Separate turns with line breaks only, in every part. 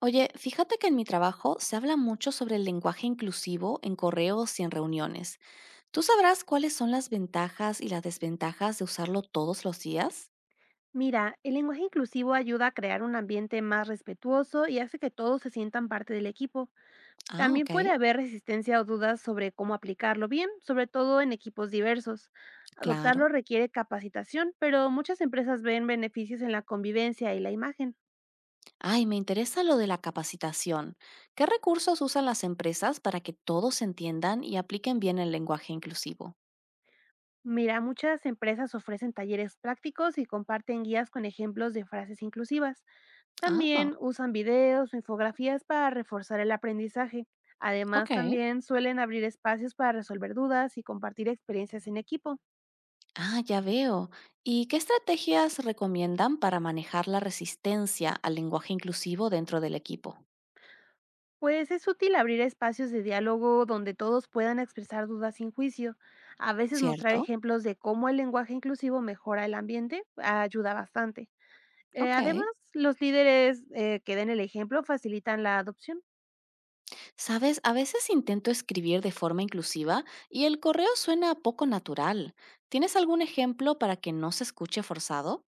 Oye, fíjate que en mi trabajo se habla mucho sobre el lenguaje inclusivo en correos y en reuniones. ¿Tú sabrás cuáles son las ventajas y las desventajas de usarlo todos los días?
Mira, el lenguaje inclusivo ayuda a crear un ambiente más respetuoso y hace que todos se sientan parte del equipo.
Ah,
También
ok,
puede haber resistencia o dudas sobre cómo aplicarlo bien, sobre todo en equipos diversos. Adoptarlo
claro.
requiere capacitación, pero muchas empresas ven beneficios en la convivencia y la imagen.
Ay, me interesa lo de la capacitación. ¿Qué recursos usan las empresas para que todos entiendan y apliquen bien el lenguaje inclusivo?
Mira, muchas empresas ofrecen talleres prácticos y comparten guías con ejemplos de frases inclusivas.
Ah,
También usan videos o infografías para reforzar el aprendizaje. Además,
ok.
también suelen abrir espacios para resolver dudas y compartir experiencias en equipo.
Ah, ya veo. ¿Y qué estrategias recomiendan para manejar la resistencia al lenguaje inclusivo dentro del equipo?
Pues es útil abrir espacios de diálogo donde todos puedan expresar dudas sin juicio. A veces mostrar
¿Cierto?
ejemplos de cómo el lenguaje inclusivo mejora el ambiente ayuda bastante. Eh,
Ok.
además, los líderes, que den el ejemplo facilitan la adopción.
Sabes, a veces intento escribir de forma inclusiva y el correo suena poco natural. ¿Tienes algún ejemplo para que no se escuche forzado?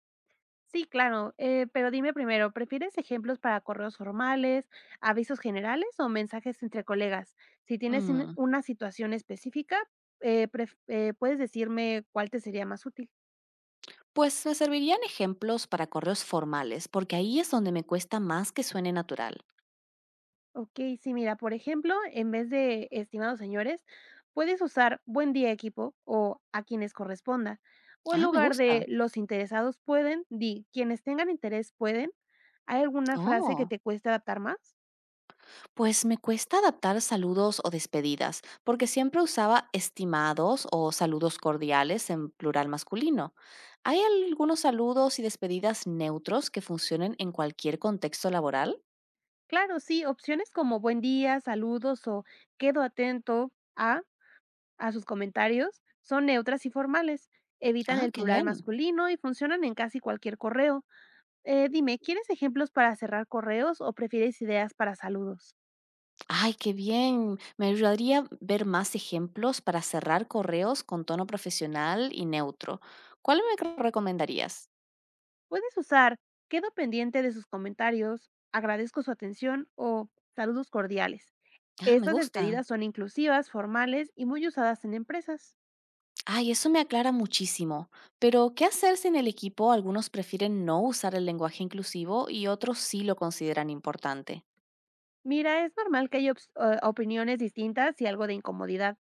Sí, claro, pero dime primero, ¿prefieres ejemplos para correos formales, avisos generales o mensajes entre colegas? Si tienes
Mm,
una situación específica, puedes decirme cuál te sería más útil.
Pues me servirían ejemplos para correos formales, porque ahí es donde me cuesta más que suene natural.
Ok, sí, mira, por ejemplo, en vez de estimados señores, puedes usar buen día equipo o a quienes corresponda. O en
Ah, me
lugar
gusta.
de los interesados pueden, di quienes tengan interés pueden. ¿Hay alguna frase que
Oh,
te cueste adaptar más?
pues me cuesta adaptar saludos o despedidas, porque siempre usaba estimados o saludos cordiales en plural masculino. ¿Hay algunos saludos y despedidas neutros que funcionen en cualquier contexto laboral?
Claro, sí, opciones como buen día, saludos o quedo atento a sus comentarios son neutras y formales, evitan
Ah,
el
qué
plural
bien.
masculino y funcionan en casi cualquier correo. Dime, ¿quieres ejemplos para cerrar correos o prefieres ideas para saludos?
Ay, qué bien. Me ayudaría ver más ejemplos para cerrar correos con tono profesional y neutro. ¿Cuál me recomendarías?
Puedes usar quedo pendiente de sus comentarios, agradezco su atención o saludos cordiales.
Ah, me
Estas
gusta.
despedidas son inclusivas, formales y muy usadas en empresas.
Ay, eso me aclara muchísimo. Pero, ¿qué hacer si en el equipo algunos prefieren no usar el lenguaje inclusivo y otros sí lo consideran importante?
Mira, es normal que haya opiniones distintas y algo de incomodidad.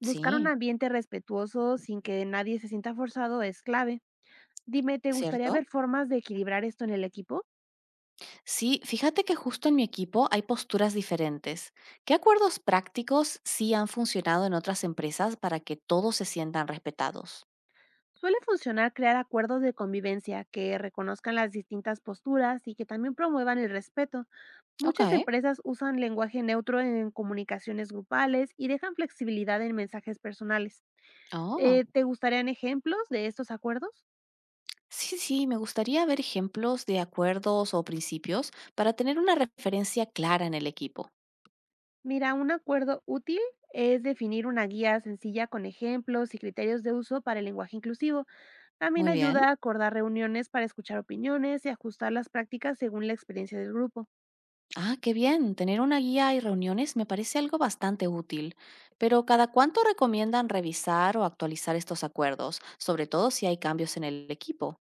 Buscar un
Sí,
ambiente respetuoso sin que nadie se sienta forzado es clave. Dime, ¿te gustaría
¿cierto?
ver formas de equilibrar esto en el equipo?
Sí, fíjate que justo en mi equipo hay posturas diferentes. ¿Qué acuerdos prácticos sí han funcionado en otras empresas para que todos se sientan respetados?
Suele funcionar crear acuerdos de convivencia que reconozcan las distintas posturas y que también promuevan el respeto. Muchas
Okay.
empresas usan lenguaje neutro en comunicaciones grupales y dejan flexibilidad en mensajes personales.
Oh,
¿Te gustarían ejemplos de estos acuerdos?
sí, sí, me gustaría ver ejemplos de acuerdos o principios para tener una referencia clara en el equipo.
Mira, un acuerdo útil es definir una guía sencilla con ejemplos y criterios de uso para el lenguaje inclusivo. También
Muy bien.
ayuda a acordar reuniones para escuchar opiniones y ajustar las prácticas según la experiencia del grupo.
Ah, qué bien. Tener una guía y reuniones me parece algo bastante útil. Pero ¿cada cuánto recomiendan revisar o actualizar estos acuerdos, sobre todo si hay cambios en el equipo?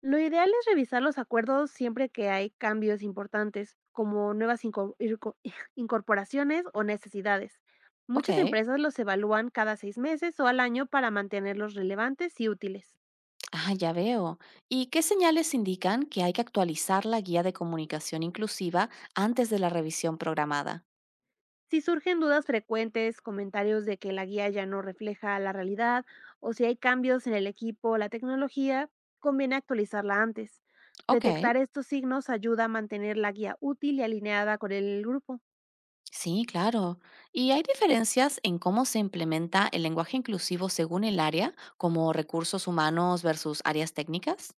Lo ideal es revisar los acuerdos siempre que hay cambios importantes, como nuevas incorporaciones o necesidades. Muchas
Ok.
empresas los evalúan cada 6 meses o al año para mantenerlos relevantes y útiles.
Ah, ya veo. ¿Y qué señales indican que hay que actualizar la guía de comunicación inclusiva antes de la revisión programada?
Si surgen dudas frecuentes, comentarios de que la guía ya no refleja la realidad o si hay cambios en el equipo o la tecnología, conviene actualizarla antes.
Ok.
Detectar estos signos ayuda a mantener la guía útil y alineada con el grupo.
Sí, claro. Y hay diferencias en cómo se implementa el lenguaje inclusivo según el área, como recursos humanos versus áreas técnicas.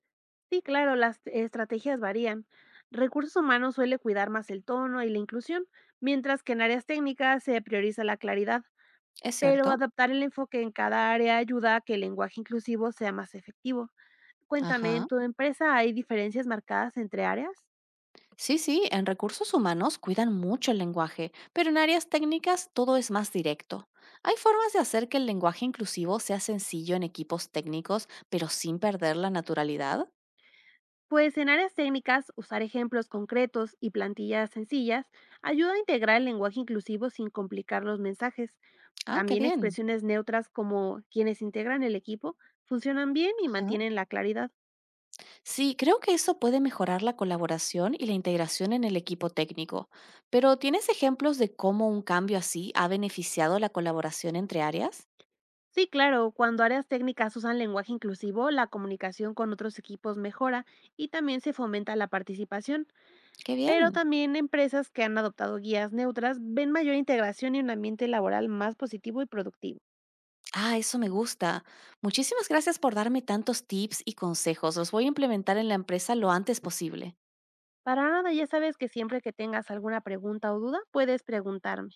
Sí, claro, las estrategias varían. Recursos humanos suele cuidar más el tono y la inclusión, mientras que en áreas técnicas se prioriza la claridad,
¿Es
pero
cierto?
adaptar el enfoque en cada área ayuda a que el lenguaje inclusivo sea más efectivo. Cuéntame, ¿en
Ajá.
tu empresa hay diferencias marcadas entre áreas?
Sí, sí, en recursos humanos cuidan mucho el lenguaje, pero en áreas técnicas todo es más directo. Hay formas de hacer que el lenguaje inclusivo sea sencillo en equipos técnicos, pero sin perder la naturalidad.
Pues en áreas técnicas, usar ejemplos concretos y plantillas sencillas ayuda a integrar el lenguaje inclusivo sin complicar los mensajes.
Ah, qué
También
bien.
expresiones neutras como quienes integran el equipo funcionan bien y mantienen la claridad.
Sí, creo que eso puede mejorar la colaboración y la integración en el equipo técnico, pero ¿tienes ejemplos de cómo un cambio así ha beneficiado la colaboración entre áreas?
Sí, claro, cuando áreas técnicas usan lenguaje inclusivo, la comunicación con otros equipos mejora y también se fomenta la participación.
¡Qué
Pero
bien!
también empresas que han adoptado guías neutras ven mayor integración y un ambiente laboral más positivo y productivo.
Ah, eso me gusta. Muchísimas gracias por darme tantos tips y consejos. Los voy a implementar en la empresa lo antes posible.
Para nada, ya sabes que siempre que tengas alguna pregunta o duda, puedes preguntarme.